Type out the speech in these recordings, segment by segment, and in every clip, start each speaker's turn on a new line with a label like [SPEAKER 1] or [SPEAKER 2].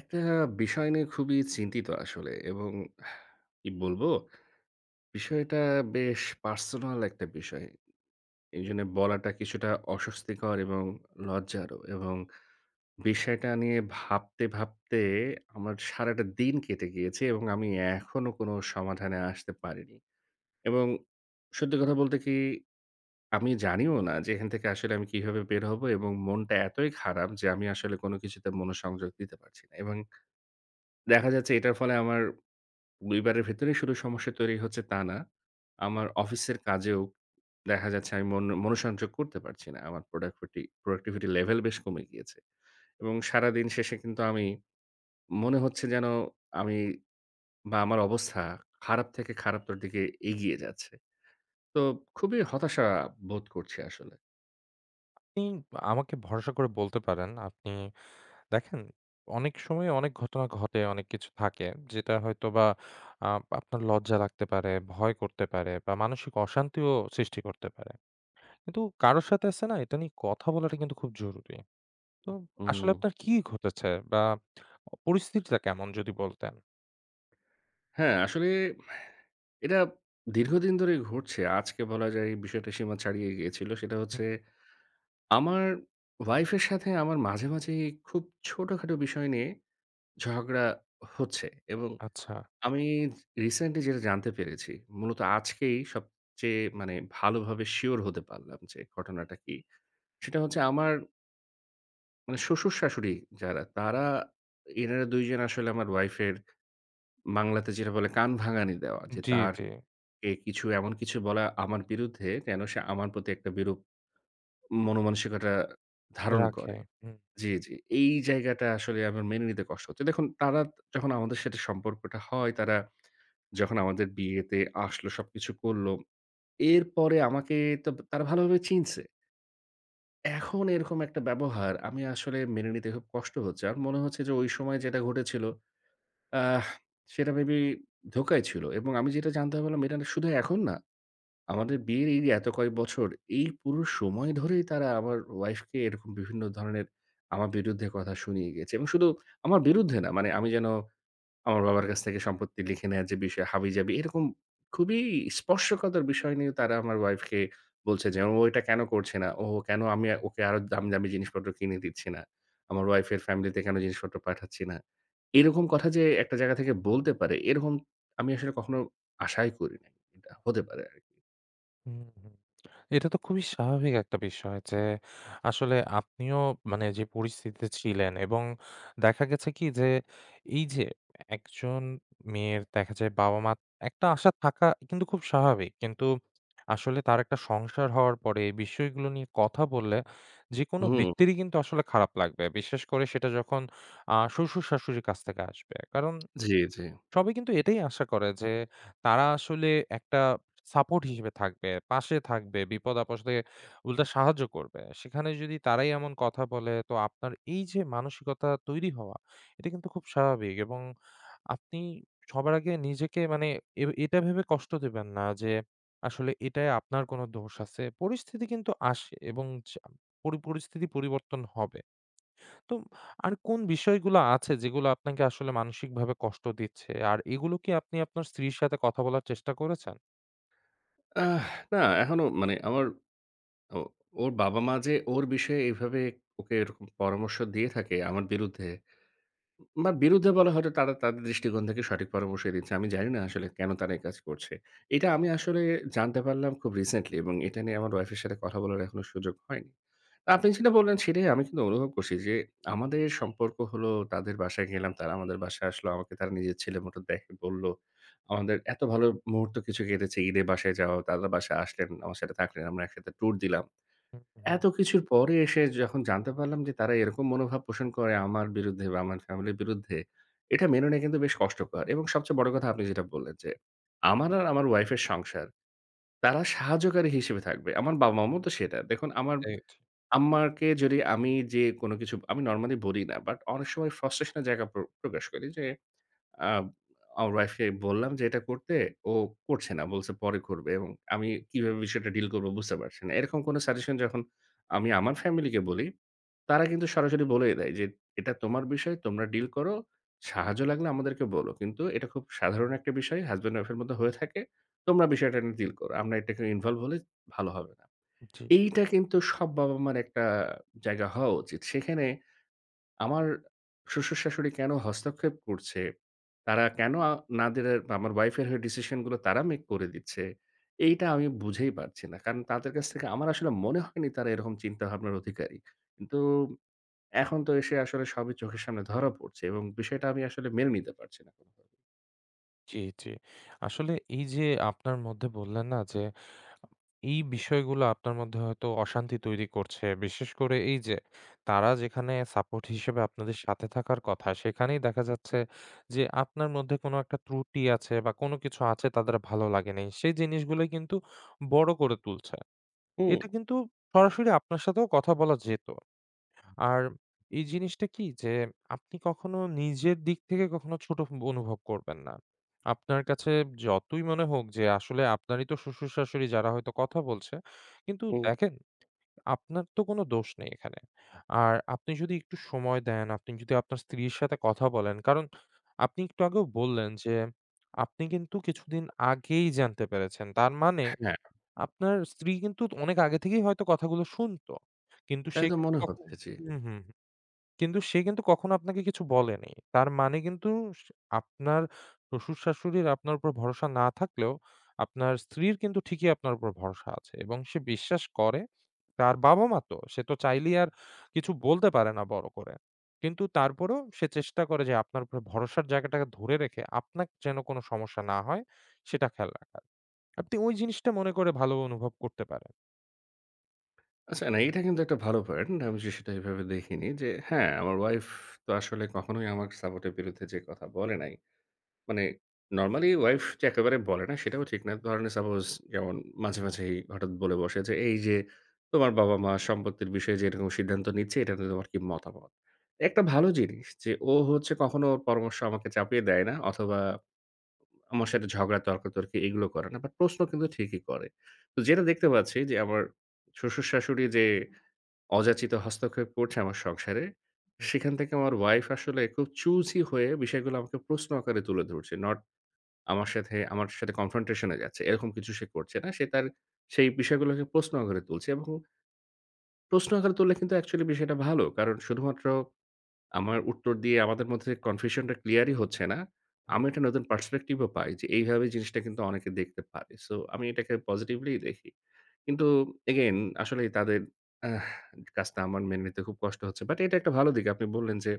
[SPEAKER 1] একটা বিষয় নিয়ে খুবই চিন্তিত আসলে এবং কি বলবো? বিষয়টা বেশ পার্সোনাল একটা বিষয়। এইজন্য বলাটা কিছুটা অস্বস্তিকর এবং লজ্জারও এবং বিষয়টা নিয়ে ভাবতে আমার সারাটা দিন কেটে গিয়েছে এবং আমি এখনো কোনো সমাধানে আসতে পারিনি। এবং সত্যি কথা বলতে কি আমি জানিও না যে এখান থেকে আসলে আমি কিভাবে বের হবো এবং মনটা এতই খারাপ যে আমি আসলে কোনো কিছুতে মনোসংযোগ দিতে পারছি না। এবং দেখা যাচ্ছে এটার ফলে আমার পরিবারের ভেতরেই শুধু সমস্যা তৈরি হচ্ছে তা না। আমার অফিসের কাজেও দেখা যাচ্ছে আমি মনোসংযোগ করতে পারছি না। আমার প্রোডাক্টিভিটি প্রোডাক্টিভিটি লেভেল বেশ কমে গিয়েছে। এবং সারাদিন শেষে কিন্তু আমি মনে হচ্ছে যেন আমি বা আমার অবস্থা খারাপ থেকে খারাপতর দিকে এগিয়ে যাচ্ছে। তো খুবই হতাশা বোধ করছি আসলে।
[SPEAKER 2] আপনি আমাকে ভরসা করে বলতে পারেন। আপনি দেখেন, অনেক সময় অনেক ঘটনা ঘটে, অনেক কিছু থাকে যেটা হয়তোবা আ আপনার লজ্জা লাগতে পারে, ভয় করতে পারে বা মানসিক অশান্তিও সৃষ্টি করতে পারে। কিন্তু কারো সাথে আছে না এটা নিয়ে কথা বলাটা কিন্তু খুব জরুরি। তো আসলে
[SPEAKER 1] হুম।
[SPEAKER 2] আপনার কি ঘটেছে বা পরিস্থিতিটা কেমন যদি বলতেন?
[SPEAKER 1] হ্যাঁ, আসলে এটা দীর্ঘদিন ধরেই ঘটছে। আজকে বলা যায় এই বিষয়টা সীমা ছাড়িয়ে গিয়েছিল। সেটা
[SPEAKER 2] হুম,
[SPEAKER 1] হচ্ছে আমার ওয়াইফের সাথে আমার মাঝে মাঝে খুব ছোটখাটো বিষয় নিয়ে ঝগড়া হচ্ছে এবং
[SPEAKER 2] আচ্ছা।
[SPEAKER 1] আমি রিসেন্টলি যেটা জানতে পেরেছি, মূলত আজকেই সবচেয়ে মানে ভালোভাবে সিউর হতে পারলাম যে ঘটনাটা কি। সেটা হচ্ছে আমার মানে শ্বশুর-শাশুড়ি যারা, তারা এনারা ২ জন আসলে আমার ওয়াইফের বাংলাতে যেটা বলে কানভাঙানি দেওয়া। যে
[SPEAKER 2] জি, জি।
[SPEAKER 1] তারকে এমন কিছু বলা আমার বিরুদ্ধে যেন সে আমার প্রতি একটা বিরূপ মনোমানসিকতা ধারণ
[SPEAKER 2] রাখে।
[SPEAKER 1] করে।
[SPEAKER 2] হুম,
[SPEAKER 1] জি, জি। এই জায়গাটা আসলে আমার মেনে নিতে কষ্ট হচ্ছে। দেখুন তারা যখন আমাদের সাথে সম্পর্কটা হয়, তারা যখন আমাদের বিয়েতে আসলো, সবকিছু করল। এরপরে আমাকে তো তারা ভালোভাবে চিনছে। এখন এরকম একটা ব্যবহার আমি আসলে মেনে নিতে খুব কষ্ট হচ্ছে। আমার মনে হচ্ছে যে ওই সময় যেটা ঘটেছিল আহ সেটা মেবি ধোঁকায় ছিল এবং আমি যেটা জানতে পারলাম এটা শুধু এখন না। আমাদের বিয়ের এই যে এত কয়েক বছর, এই পুরো সময় ধরেই তারা আমার ওয়াইফকে এরকম বিভিন্ন ধরনের আমার বিরুদ্ধে কথা শুনিয়ে গিয়েছে। এবং শুধু আমার বিরুদ্ধে না, মানে আমি যেন আমার বাবার কাছ থেকে সম্পত্তি লিখে নেয়ার যে বিষয় হাবিজাবি, এরকম খুবই স্পর্শকাতর বিষয় নিয়ে তারা আমার ওয়াইফকে বলছে যে, "ও এটা কেন করছে না? ও কেন আমি ওকে আরো দামি, দামি জিনিসপত্র কিনে দিচ্ছি না? আমার ওয়াইফের ফ্যামিলিতে কেন জিনিসপত্র পাঠাচ্ছি না?" এরকম কথা যে একটা জায়গা থেকে বলতে পারে, এরকম আমি আসলে কখনো আশাই করি নাই। এটা হতে পারে আরকি।
[SPEAKER 2] হুম, হুম। এটা তো খুবই স্বাভাবিক একটা বিষয় যে আসলে আপনিও মানে যে পরিস্থিতিতে ছিলেন এবং দেখা গেছে কি যে এই যে একজন মেয়ের দেখা যায় বাবা মা একটা আশা থাকা কিন্তু খুব স্বাভাবিক, কিন্তু আসলে তার একটা সংসার হওয়ার পরে এই বিষয়গুলো নিয়ে কথা বললে যে কোনো
[SPEAKER 1] হুম,
[SPEAKER 2] ব্যক্তিরই কিন্তু আসলে খারাপ লাগবে, বিশেষ করে সেটা যখন আহ শ্বশুর শাশুড়ির কাছ থেকে আসবে। কারণ
[SPEAKER 1] জি, জি।
[SPEAKER 2] সবাই কিন্তু এটাই আশা করে যে তারা আসলে একটা সাপোর্ট হিসেবে থাকবে, পাশে থাকবে, বিপদ-আপদে উল্টা সাহায্য করবে। সেখানে যদি তারাই এমন কথা বলে তো আপনার এই যে মানসিকতা তৈরি হওয়া, এটা কিন্তু খুব স্বাভাবিক। এবং আপনি সবার আগে নিজেকে মানে এটা ভেবে কষ্ট দিবেন না যে আসলে এটায় আপনার কোনো দোষ আছে। পরিস্থিতি কিন্তু আসে এবং চা পরি পরিস্থিতি পরিবর্তন হবে। তো আর কোন বিষয়গুলো আছে যেগুলো আপনাকে আসলে মানসিকভাবে কষ্ট দিচ্ছে? আর এগুলো কি আপনি আপনার স্ত্রীর সাথে কথা বলার চেষ্টা করেছেন?
[SPEAKER 1] আহ না এখনো মানে আমার ও ওর বাবা-মা যে ওর বিষয়ে এভাবে ওকে এরকম পরামর্শ দিয়ে থাকে আমার বিরুদ্ধে বা বিরুদ্ধে বলা হয়তো তারা তাদের দৃষ্টিকোণ থেকে সঠিক পরামর্শই দিচ্ছে। আমি জানি না আসলে কেন তারা এই কাজ করছে। এটা আমি আসলে জানতে পারলাম খুব রিসেন্টলি এবং এটা নিয়ে আমার ওয়াইফ এর সাথে কথা বলার এখনো সুযোগ হয়নি। আপনি যেটা বললেন সেটাই আমি কিন্তু অনুভব করছি যে, আমাদের সম্পর্ক হলো তাদের বাসায় গেলাম, তারা আমাদের বাসায় আসলো। আমাকে তারা নিজের ছেলের মতো দেখে বলল। আমাদের এত ভালো মুহূর্ত কিছু কেটেছে। ঈদে বাসায় যাওয়া, তারা বাসায় আসলেন, আমার সাথে থাকলেন। আমরা একসাথে ট্যুর দিলাম।
[SPEAKER 2] হুম, হুম।
[SPEAKER 1] এত কিছুর পরে এসে যখন জানতে পারলাম যে, তারা এরকম মনোভাব পোষণ করে আমার বিরুদ্ধে বা আমার ফ্যামিলির বিরুদ্ধে, এটা মেনে নেয়া কিন্তু বেশ কষ্টকর এবং সবচেয়ে বড় কথা আপনি যেটা বললেন যে, আমার আর আমার ওয়াইফের সংসার। তারা সাহায্যকারী হিসেবে থাকবে। আমার বাবা-মা তো সেটা। দেখুন আমার
[SPEAKER 2] এই
[SPEAKER 1] আমাকে যদি আমি যে কোনো কিছু আমি নরমালি বলি না। বাট অনেক সময় ফ্রাস্ট্রেশন এর জায়গা প্রকাশ করি যে আ আমার ওয়াইফকে বললাম যে এটা করতে, ও করছে না। বলছে পরে করবে এবং আমি কিভাবে বিষয়টা ডিল করব বুঝতে পারছি না। এরকম কোনো সাজেশন যখন আমি আমার ফ্যামিলিকে বলি, তারা কিন্তু সরাসরি বলেই দেয় যে, "এটা তোমার বিষয়, তোমরা ডিল করো। সাহায্য লাগলে আমাদেরকে বলো। কিন্তু এটা খুব সাধারণ একটা বিষয় হাসব্যান্ড ওয়াইফ এর মধ্যে হয়ে থাকে। তোমরা বিষয়টা নিয়ে ডিল করো। আমরা এটাকে ইনভলভ হলে ভালো হবে না।"
[SPEAKER 2] জি,
[SPEAKER 1] এইটা কিন্তু সব বাবা-মার একটা জায়গা হওয়া উচিত। সেখানে আমার শ্বশুর-শাশুড়ি কেন হস্তক্ষেপ করছে? তারা কেন আ নাদের আমার ওয়াইফের হয়ে ডিসিশন গুলো তারা মেক করে দিচ্ছে? এইটা আমি বুঝেই পারছি না। কারণ তাদের কাছ থেকে আমার আসলে মনে হয়নি তারা এরকম চিন্তাভাবনার অধিকারী। কিন্তু এখন তো এসে আসলে সবই চোখের সামনে ধরা পড়ছে এবং বিষয়টা আমি আসলে মেনে নিতে পারছি না কোনোভাবেই।
[SPEAKER 2] জি, জি। আসলে এই যে আপনার মধ্যে বললেন না যে এই বিষয়গুলো আপনার মধ্যে হয়তো অশান্তি তৈরি করছে। বিশেষ করে এই যে তারা যেখানে সাপোর্ট হিসেবে আপনাদের সাথে থাকার কথা, সেখানেই দেখা যাচ্ছে যে আপনার মধ্যে কোনো একটা ত্রুটি আছে বা কোনো কিছু আছে তাদের ভালো লাগেনি। সেই জিনিসগুলোই কিন্তু বড় করে তুলছে।
[SPEAKER 1] হুম,
[SPEAKER 2] এটা কিন্তু সরাসরি আপনার সাথেও কথা বলা যেত। আর এই জিনিসটা কি যে আপনি কখনো নিজের দিক থেকে কখনো ছোট অনুভব করবেন না। আপনার কাছে যতই মনে হোক যে আসলে আপনারই তো শ্বশুর-শাশুড়ি যারা হয়তো কথা বলছে। কিন্তু
[SPEAKER 1] হুম।
[SPEAKER 2] দেখেন, আপনার তো কোনো দোষ নেই এখানে। আর আপনি যদি একটু সময় দেন, আপনি যদি আপনার স্ত্রীর সাথে কথা বলেন, কারণ আপনি একটু আগেও বললেন যে আপনি কিন্তু কিছুদিন আগেই জানতে পেরেছেন। তার মানে
[SPEAKER 1] হ্যাঁ,
[SPEAKER 2] আপনার স্ত্রী কিন্তু অনেক আগে থেকেই হয়তো কথাগুলো শুনতো। কিন্তু
[SPEAKER 1] তাই
[SPEAKER 2] সে
[SPEAKER 1] তো
[SPEAKER 2] কিন্তু
[SPEAKER 1] মনে
[SPEAKER 2] কখনো
[SPEAKER 1] হচ্ছে। জি।
[SPEAKER 2] হুম, হুম। হুম। কিন্তু সে কিন্তু কখনো আপনাকে কিছু বলেনি। তার মানে কিন্তু স আপনার শ্বশুর-শাশুড়ির আপনার উপর ভরসা না থাকলেও আপনার স্ত্রীর কিন্তু ঠিকই আপনার উপর ভরসা আছে এবং সে বিশ্বাস করে। তার বাবা-মা তো। সে তো চাইলেই আর কিছু বলতে পারে না বড় করে। কিন্তু তারপরেও সে চেষ্টা করে যে আপনার উপর ভরসার জায়গাটাকে ধরে রেখে আপনার যেন কোনো সমস্যা না হয় সেটা খেয়াল রাখার। আপনি ওই জিনিসটা মনে করে ভালো অনুভব করতে পারেন।
[SPEAKER 1] আচ্ছা না, এটা কিন্তু একটা ভালো পয়েন্ট। আমি যে সেটা এভাবে দেখিনি যে হ্যাঁ, আমার ওয়াইফ তো আসলে কখনোই আমার সাপোর্টের বিরুদ্ধে যেয়ে কথা বলে নাই। মানে নরমালি ওয়াইফ যে একেবারে বলে না সেটাও ঠিক না। ধরেন সাপোজ যেমন মাঝে মাঝেই হঠাৎ বলে বসে যে, "এই যে তোমার বাবা-মা সম্পত্তির বিষয়ে যে এরকম সিদ্ধান্ত নিচ্ছে এটাতে তোমার কি মতামত?" একটা ভালো জিনিস যে ও হচ্ছে কখনো ওর পরামর্শ আমাকে চাপিয়ে দেয় না অথবা আমার সাথে ঝগড়া তর্কাতর্কি এগুলো করে না। বাট প্রশ্ন কিন্তু ঠিকই করে। তো যেটা দেখতে পাচ্ছি যে আমার শ্বশুর-শাশুড়ি যে অযাচিত হস্তক্ষেপ করছে আমার সংসারে।
[SPEAKER 2] হুম,
[SPEAKER 1] সেখান থেকে আমার ওয়াইফ আসলে খুব চুজি হয়ে বিষয়গুলো আমাকে প্রশ্ন আকারে তুলে ধরছে। নট আমার সাথে কনফ্রন্টেশন এ যাচ্ছে। এরকম কিছু সে করছে না। সে তার সেই বিষয়গুলোকে প্রশ্ন আকারে তুলছে এবং প্রশ্ন আকারে তুললে কিন্তু অ্যাকচুয়ালি বিষয়টা ভালো। কারণ শুধুমাত্র আমার উত্তর দিয়ে আমাদের মধ্যে কনফিউশনটা ক্লিয়ারই হচ্ছে না।
[SPEAKER 2] হুম।
[SPEAKER 1] আমি একটা নতুন পার্সপেক্টিভ ও পাই যে এইভাবে জিনিসটা কিন্তু অনেকে দেখতে পারে। সো আমি এটাকে পজিটিভলি দেখি। কিন্তু এগেইন আসলেই তাদের আহ কাজটা আমার মেনে নিতে খুব কষ্ট হচ্ছে। বাট এটা একটা ভালো দিক। আপনি বললেন যে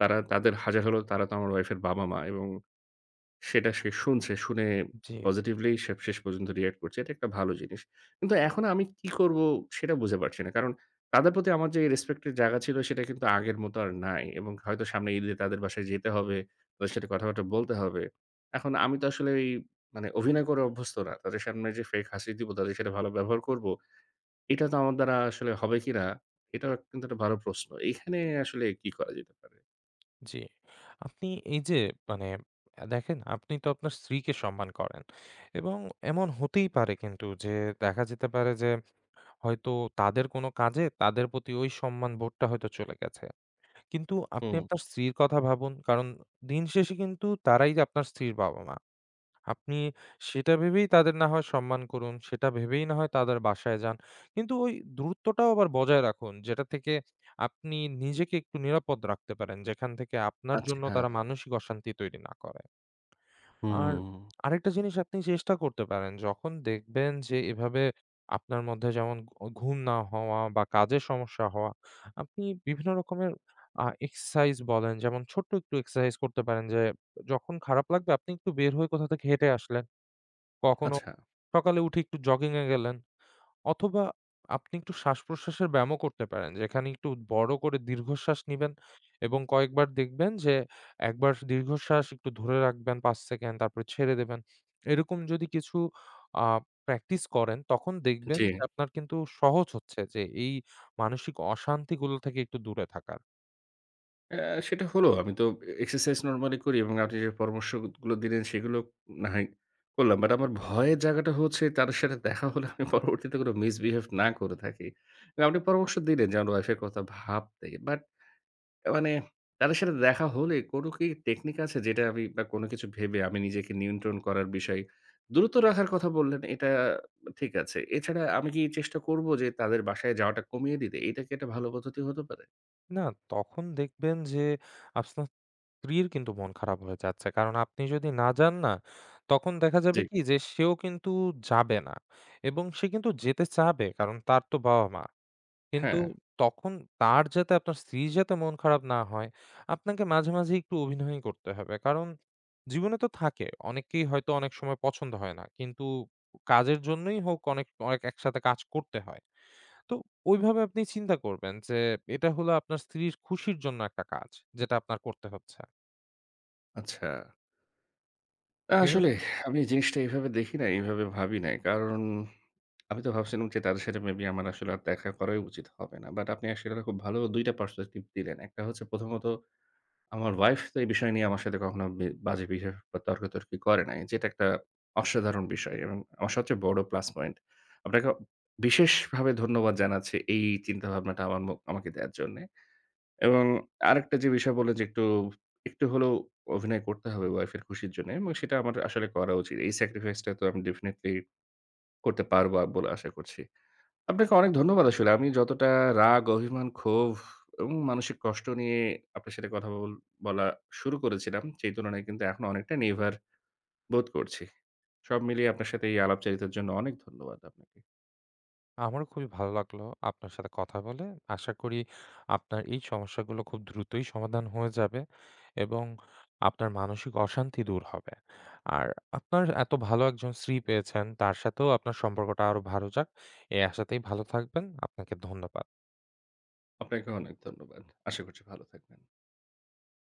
[SPEAKER 1] তারা তাদের হাজার হলেও তারা তো আমার ওয়াইফের বাবা-মা এবং সেটা সে শুনছে। শুনে
[SPEAKER 2] জি, জি,
[SPEAKER 1] পজিটিভলি সে শেষ পর্যন্ত রিঅ্যাক্ট করছে। এটা একটা ভালো জিনিস। কিন্তু এখন আমি কি করব সেটা বুঝে পারছি না। কারণ তাদের প্রতি আমার যে রেসপেক্ট এর জায়গা ছিল সেটা কিন্তু আগের মতো আর নাই। এবং হয়তো সামনে ঈদে তাদের বাসায় যেতে হবে। তাদের সাথে কথাবার্তা বলতে হবে। এখন আমি তো আসলে ওই মানে অভিনয় করে অভ্যস্ত না। তাদের সামনে যে ফেক হাসি দিব, তাদের সাথে ভালো ব্যবহার করব। এটা তো আমার দ্বারা আসলে হবে কিনা, এটাও কিন্তু একটা ভালো প্রশ্ন। এখানে আসলে কি করা যেতে পারে?
[SPEAKER 2] জি। আপনি এই যে মানে আ দেখেন আপনি তো আপনার স্ত্রীকে সম্মান করেন এবং এমন হতেই পারে কিন্তু যে দেখা যেতে পারে যে হয়তো তাদের কোনো কাজে তাদের প্রতি ওই সম্মানবোধটা হয়তো চলে গেছে। কিন্তু আপনি
[SPEAKER 1] হুম।
[SPEAKER 2] আপনার স্ত্রীর কথা ভাবুন। কারণ দিন শেষে কিন্তু তারাই যে আপনার স্ত্রীর বাবা-মা। আপনি সেটা ভেবেই তাদের না হয় সম্মান করুন, সেটা ভেবেই না হয় তাদের বাসায় যান। কিন্তু ওই দূরত্বটাও আবার বজায় রাখুন, যেটা থেকে আপনি নিজেকে একটু নিরাপদ রাখতে পারেন, যেখান থেকে আপনার জন্য
[SPEAKER 1] আচ্ছা,
[SPEAKER 2] তারা মানসিক অশান্তি তৈরি না করে। আর
[SPEAKER 1] হুম,
[SPEAKER 2] আরেকটা জিনিস আপনি চেষ্টা করতে পারেন, যখন দেখবেন যে এভাবে আপনার মধ্যে যেমন ঘুম না হওয়া বা কাজের সমস্যা হওয়া, আপনি বিভিন্ন রকমের এক্সারসাইজ বলেন, যেমন ছোট্ট একটু এক্সারসাইজ করতে পারেন যে, যখন খারাপ লাগবে আপনি একটু বের হয়ে কোথাও থেকে হেঁটে আসলেন। কখনো
[SPEAKER 1] আচ্ছা,
[SPEAKER 2] সকালে উঠে একটু জগিং এ গেলেন অথবা আপনি একটু শ্বাসপ্রশ্বাসের ব্যায়ামও করতে পারেন। যেখানে একটু বড় করে দীর্ঘশ্বাস নিবেন এবং কয়েকবার দেখবেন যে একবার দীর্ঘশ্বাস একটু ধরে রাখবেন ৫ সেকেন্ড তারপরে ছেড়ে দেবেন। এরকম যদি কিছু আ প্র্যাকটিস করেন তখন দেখবেন
[SPEAKER 1] জি।
[SPEAKER 2] যে আপনার কিন্তু সহজ হচ্ছে যে এই মানসিক অশান্তিগুলো থেকে একটু দূরে থাকা।
[SPEAKER 1] অ্যা সেটা হলো আমি তো এক্সারসাইজ নরমালি করি এবং আপনি যে পরামর্শগুলো দিলেন সেগুলো না হয় করলাম। বাট আমার ভয়ের জায়গাটা হচ্ছে তাদের সাথে দেখা হলে আমি পরবর্তীতে কোনো মিসবিহেভ না করে থাকি। আপনি পরামর্শ দিলেন যে আমার ওয়াইফ এর কথা ভাবতে। বাট মানে তাদের সাথে দেখা হলে কোনো কি টেকনিক আছে যেটা আমি বা কোনো কিছু ভেবে আমি নিজেকে নিয়ন্ত্রণ করার বিষয় দূরত্ব রাখার কথা বললেন এটা ঠিক আছে। এছাড়া আমি কি চেষ্টা করব যে তাদের বাসায় যাওয়াটা কমিয়ে দিতে? এটা কি একটা ভালো পদ্ধতি হতে পারে?
[SPEAKER 2] না, তখন দেখবেন যে আপনার স্ত্রীর কিন্তু মন খারাপ হয়ে যাচ্ছে। কারণ আপনি যদি না যান না, তখন দেখা যাবে
[SPEAKER 1] জি।
[SPEAKER 2] কি যে সেও কিন্তু যাবে না এবং সে কিন্তু যেতে চাবে কারণ তার তো বাবা-মা। কিন্তু
[SPEAKER 1] হ্যাঁ,
[SPEAKER 2] তখন তার যাতে, আপনার স্ত্রীর যাতে মন খারাপ না হয়, আপনাকে মাঝে, মাঝে একটু অভিনয়ই করতে হবে। কারণ জীবনে তো থাকে, অনেকেই হয়তো অনেক সময় পছন্দ হয় না। কিন্তু কাজের জন্যই হোক অনেক, অনেক একসাথে কাজ করতে হয়। তো ওইভাবে আপনি চিন্তা করবেন যে এটা হলো আপনার স্ত্রীর খুশির জন্য একটা কাজ, যেটা আপনার করতে হচ্ছে।
[SPEAKER 1] আচ্ছা। না
[SPEAKER 2] এভাবে
[SPEAKER 1] আসলে আমি এই জিনিসটা এভাবে দেখি নাই, এভাবে ভাবি নাই। কারণ আমি তো ভাবছিলাম যে তাদের সাথে মেবি আমার আসলে আর দেখা করাই উচিত হবে না। বাট আপনি আসলে খুব ভালো ২ টা পার্সপেক্টিভ দিলেন। একটা হচ্ছে প্রথমত আমার ওয়াইফ তো এই বিষয় নিয়ে আমার সাথে কখনো বাজে বিহেভ বা তর্কাতর্কি করে নাই। যেটা একটা অসাধারণ বিষয় এবং আমার সবচেয়ে বড় প্লাস পয়েন্ট। আপনাকে বিশেষভাবে ধন্যবাদ জানাচ্ছি এই চিন্তাভাবনাটা আমার ম আমাকে দেয়ার জন্যে। এবং আরেকটা যে বিষয় বললেন যে একটু হলেও অভিনয় করতে হবে ওয়াইফের খুশির জন্যে এবং সেটা আমার আসলে করা উচিত। এই স্যাক্রিফাইসটা তো আমি ডেফিনিটলি করতে পারব বলে আশা করছি। আপনাকে অনেক ধন্যবাদ আসলে। আমি যতটা রাগ, অভিমান, ক্ষোভ এবং মানসিক কষ্ট নিয়ে আপনার সাথে কথা বল বলা শুরু করেছিলাম, সেই তুলনায় কিন্তু এখন অনেকটা নির্ভার বোধ করছি। সব মিলিয়ে আপনার সাথে এই আলাপচারিতার জন্য অনেক ধন্যবাদ আপনাকে।
[SPEAKER 2] আমারও খুবই ভালো লাগলো আপনার সাথে কথা বলে। আশা করি আপনার এই সমস্যাগুলো খুব দ্রুতই সমাধান হয়ে যাবে এবং আপনার মানসিক অশান্তি দূর হবে। আর আপনার এত ভালো একজন স্ত্রী পেয়েছেন, তার সাথেও আপনার সম্পর্কটা আরো ভালো যাক। এই আশাতেই ভালো থাকবেন। আপনাকে ধন্যবাদ।
[SPEAKER 1] আপনাকেও অনেক ধন্যবাদ। আশা করছি ভালো থাকবেন।